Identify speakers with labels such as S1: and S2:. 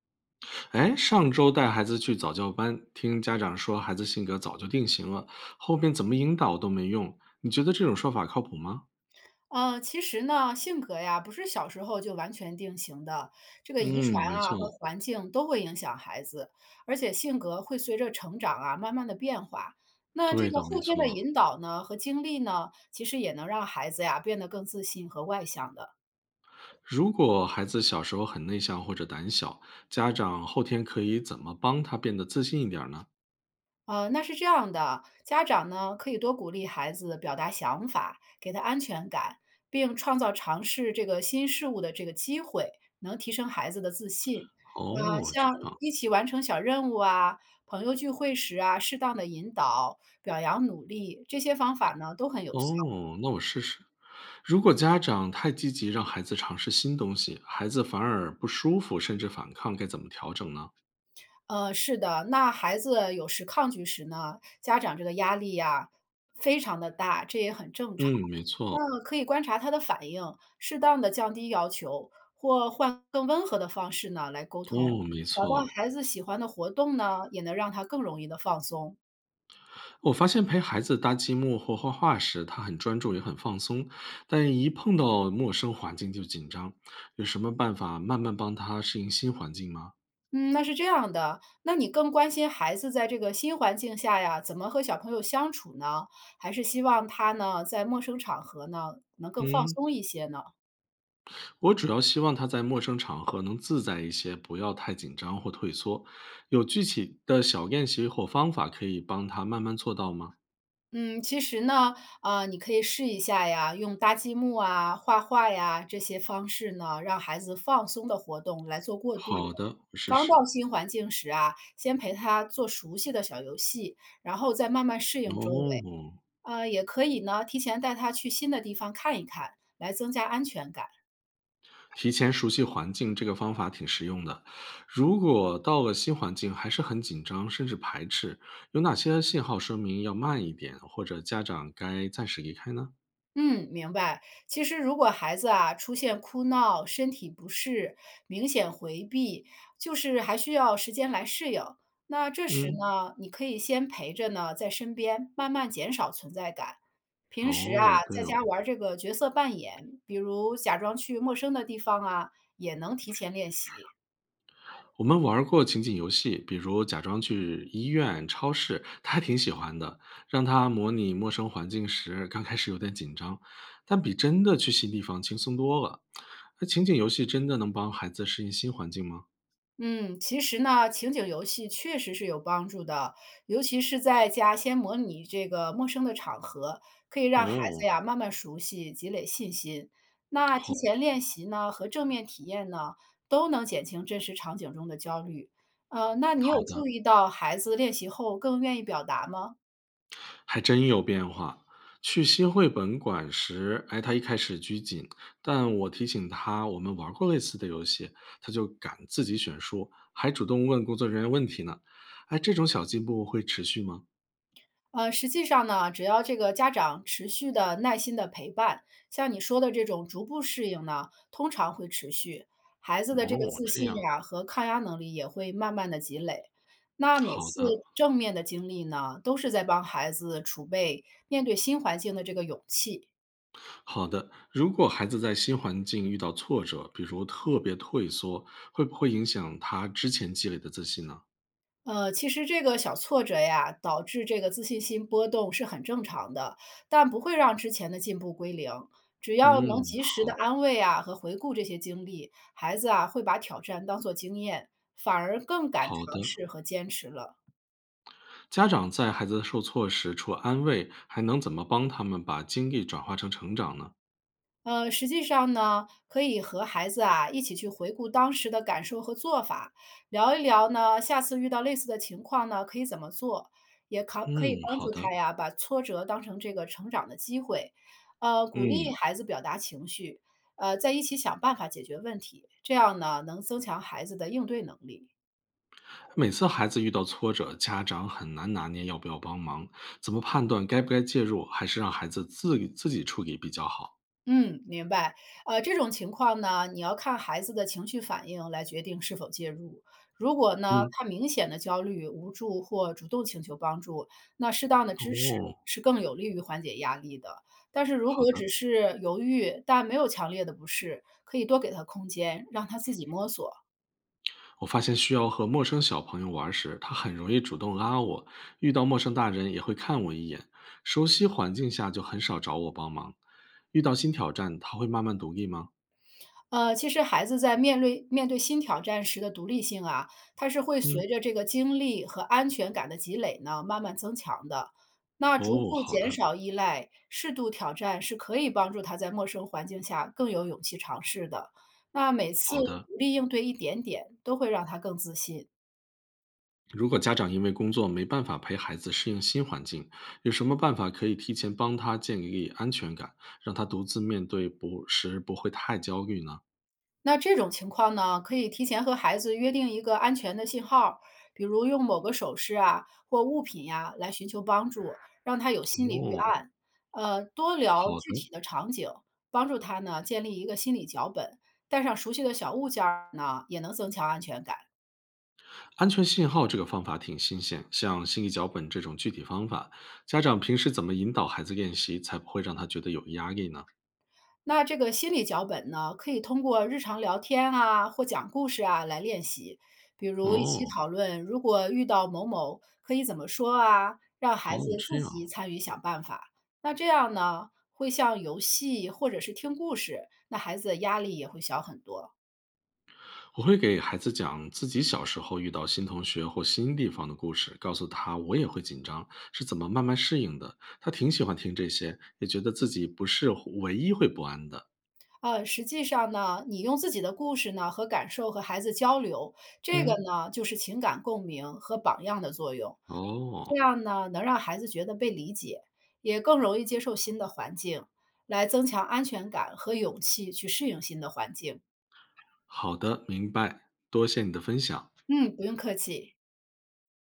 S1: 哎，上周带孩子去早教班，听家长说孩子性格早就定型了，后面怎么引导都没用。你觉得这种说法靠谱吗？
S2: 其实呢，性格呀，不是小时候就完全定型的，这个遗
S1: 嗯，没
S2: 传啊和
S1: 错。
S2: 环境都会影响孩子，而且性格会随着成长啊，慢慢的变化。那这
S1: 对
S2: 个
S1: 的，
S2: 后
S1: 没
S2: 天的
S1: 错。
S2: 引导呢和经历呢，其实也能让孩子呀变得更自信和外向的。
S1: 如果孩子小时候很内向或者胆小，家长后天可以怎么帮他变得自信一点儿呢？
S2: 那是这样的，家长呢可以多鼓励孩子表达想法，给他安全感，并创造尝试这个新事物的这个机会，能提升孩子的自信。
S1: 哦，这
S2: 像
S1: 样。
S2: 一起完成小任务啊，朋友聚会时啊，适当的引导、表扬努力，这些方法呢都很有效。
S1: 哦，那我试试。如果家长太积极让孩子尝试新东西，孩子反而不舒服甚至反抗，该怎么调整呢？
S2: 是的，那孩子有时抗拒时呢，家长这个压力呀，非常的大，这也很正常。
S1: 嗯，没
S2: 那
S1: 错。
S2: 可以观察他的反应，适当的降低要求，或换更温和的方式呢来沟通。
S1: 哦，没
S2: 找到
S1: 错。
S2: 孩子喜欢的活动呢，也能让他更容易的放松。
S1: 我发现陪孩子搭积木或画画时，他很专注也很放松，但一碰到陌生环境就紧张。有什么办法慢慢帮他适应新环境吗？
S2: 嗯，那是这样的，那你更关心孩子在这个新环境下呀，怎么和小朋友相处呢？还是希望他呢，在陌生场合呢，能更放
S1: 嗯，
S2: 松一些呢？
S1: 我主要希望他在陌生场合能自在一些，不要太紧张或退缩。有具体的小练习或方法可以帮他慢慢做到吗？
S2: 嗯，其实呢，啊，你可以试一下呀，用搭积木啊、画画呀这些方式呢，让孩子放松的活动来做过渡。
S1: 好的，我试
S2: 刚
S1: 试。
S2: 到新环境时啊，先陪他做熟悉的小游戏，然后再慢慢适应周围。
S1: 哦，
S2: 啊，也可以呢，提前带他去新的地方看一看，来增加安全感。
S1: 提前熟悉环境这个方法挺实用的。如果到了新环境还是很紧张，甚至排斥，有哪些信号说明要慢一点，或者家长该暂时离开呢？
S2: 嗯，明白。其实，如果孩子啊出现哭闹、身体不适、明显回避，就是还需要时间来适应。那这时
S1: 嗯，
S2: 呢，你可以先陪着呢，在身边慢慢减少存在感。平时啊，
S1: 哦，
S2: 在
S1: 对哦，
S2: 家玩这个角色扮演，比如假装去陌生的地方啊，也能提前练习。
S1: 我们玩儿过情景游戏，比如假装去医院、超市，他还挺喜欢的。让他模拟陌生环境时，刚开始有点紧张，但比真的去新地方轻松多了。那情景游戏真的能帮孩子适应新环境吗？
S2: 嗯，其实呢，情景游戏确实是有帮助的，尤其是在家先模拟这个陌生的场合，可以让孩子
S1: 哦，
S2: 呀慢慢熟悉，积累信心。那提
S1: 好
S2: 前练习呢和正面体验呢，都能减轻真实场景中的焦虑。那你有
S1: 好的。
S2: 注意到孩子练习后更愿意表达吗？
S1: 还真有变化。去新绘本馆时，哎，他一开始拘谨，但我提醒他我们玩过类似的游戏，他就敢自己选书，还主动问工作人员问题呢。哎，这种小进步会持续吗？
S2: 实际上呢，只要这个家长持续的耐心的陪伴，像你说的这种逐步适应呢，通常会持续，孩子的这个
S1: 哦，
S2: 自
S1: 这
S2: 信
S1: 样，
S2: 呀、和抗压能力也会慢慢的积累。那每
S1: 好
S2: 次
S1: 的，
S2: 正面的经历呢，都是在帮孩子储备面对新环境的这个勇气。
S1: 好的。如果孩子在新环境遇到挫折，比如特别退缩，会不会影响他之前积累的自信呢？
S2: 其实这个小挫折呀，导致这个自信心波动是很正常的，但不会让之前的进步归零。只要能嗯
S1: 嗯，
S2: 及时的
S1: 好，
S2: 安慰啊和回顾这些经历，孩子啊会把挑战当做经验，反而更敢
S1: 好
S2: 尝
S1: 的。
S2: 试和坚持了。
S1: 家长在孩子受挫时，除了安慰，还能怎么帮他们把经历转化成成长呢？
S2: 实际上呢，可以和孩子啊一起去回顾当时的感受和做法，聊一聊呢，下次遇到类似的情况呢，可以怎么做，也可以
S1: 嗯，
S2: 帮助
S1: 好
S2: 他
S1: 的。
S2: 呀，把挫折当成这个成长的机会，鼓励
S1: 嗯，
S2: 孩子表达情绪，在一起想办法解决问题，这样呢，能增强孩子的应对能力。
S1: 每次孩子遇到挫折，家长很难拿捏要不要帮忙，怎么判断该不该介入，还是让孩子自己处理比较好？
S2: 嗯，明白。这种情况呢，你要看孩子的情绪反应来决定是否介入。如果呢，
S1: 嗯，
S2: 他明显的焦虑、无助或主动请求帮助，那适当的支持
S1: 哦，
S2: 是更有利于缓解压力的。但是如
S1: 好
S2: 果
S1: 的。
S2: 只是犹豫，但没有强烈的不适，可以多给他空间，让他自己摸索。
S1: 我发现需要和陌生小朋友玩时，他很容易主动拉我，遇到陌生大人也会看我一眼，熟悉环境下就很少找我帮忙。遇到新挑战，他会慢慢独立吗？
S2: 其实孩子在面对新挑战时的独立性啊，他是会
S1: 嗯，
S2: 随着这个经历和安全感的积累呢，慢慢增强的。那逐
S1: 哦，
S2: 步
S1: 好
S2: 减
S1: 的，
S2: 少依赖，适度挑战是可以帮助他在陌生环境下更有勇气尝试的。那每次
S1: 好的。
S2: 独立应对一点点，都会让他更自信。
S1: 如果家长因为工作没办法陪孩子适应新环境，有什么办法可以提前帮他建立安全感，让他独自面对不时不会太焦虑呢？
S2: 那这种情况呢，可以提前和孩子约定一个安全的信号，比如用某个手势啊或物品呀、来寻求帮助，让他有心理预
S1: 哦，
S2: 案。多聊
S1: 好
S2: 具
S1: 的，
S2: 体的场景，帮助他呢建立一个心理脚本，带上熟悉的小物件儿呢，也能增强安全感。
S1: 安全信号这个方法挺新鲜，像心理脚本这种具体方法，家长平时怎么引导孩子练习，才不会让他觉得有压力呢？
S2: 那这个心理脚本呢，可以通过日常聊天啊或讲故事啊来练习，比如一起
S1: 哦，
S2: 讨论，如果遇到某某可以怎么说啊，让孩
S1: 好，
S2: 子自
S1: 这
S2: 己
S1: 样。
S2: 参与想办法。那这样呢，会像游戏或者是听故事，那孩子的压力也会小很多。
S1: 我会给孩子讲自己小时候遇到新同学或新地方的故事，告诉他我也会紧张，是怎么慢慢适应的。他挺喜欢听这些，也觉得自己不是唯一会不安的。
S2: 实际上呢，你用自己的故事呢和感受和孩子交流，这个
S1: 嗯，
S2: 呢就是情感共鸣和榜样的作用。这
S1: 哦，
S2: 样呢，能让孩子觉得被理解，也更容易接受新的环境，来增强安全感和勇气去适应新的环境。
S1: 好的，明白，多谢你的分享。
S2: 嗯，不用客气。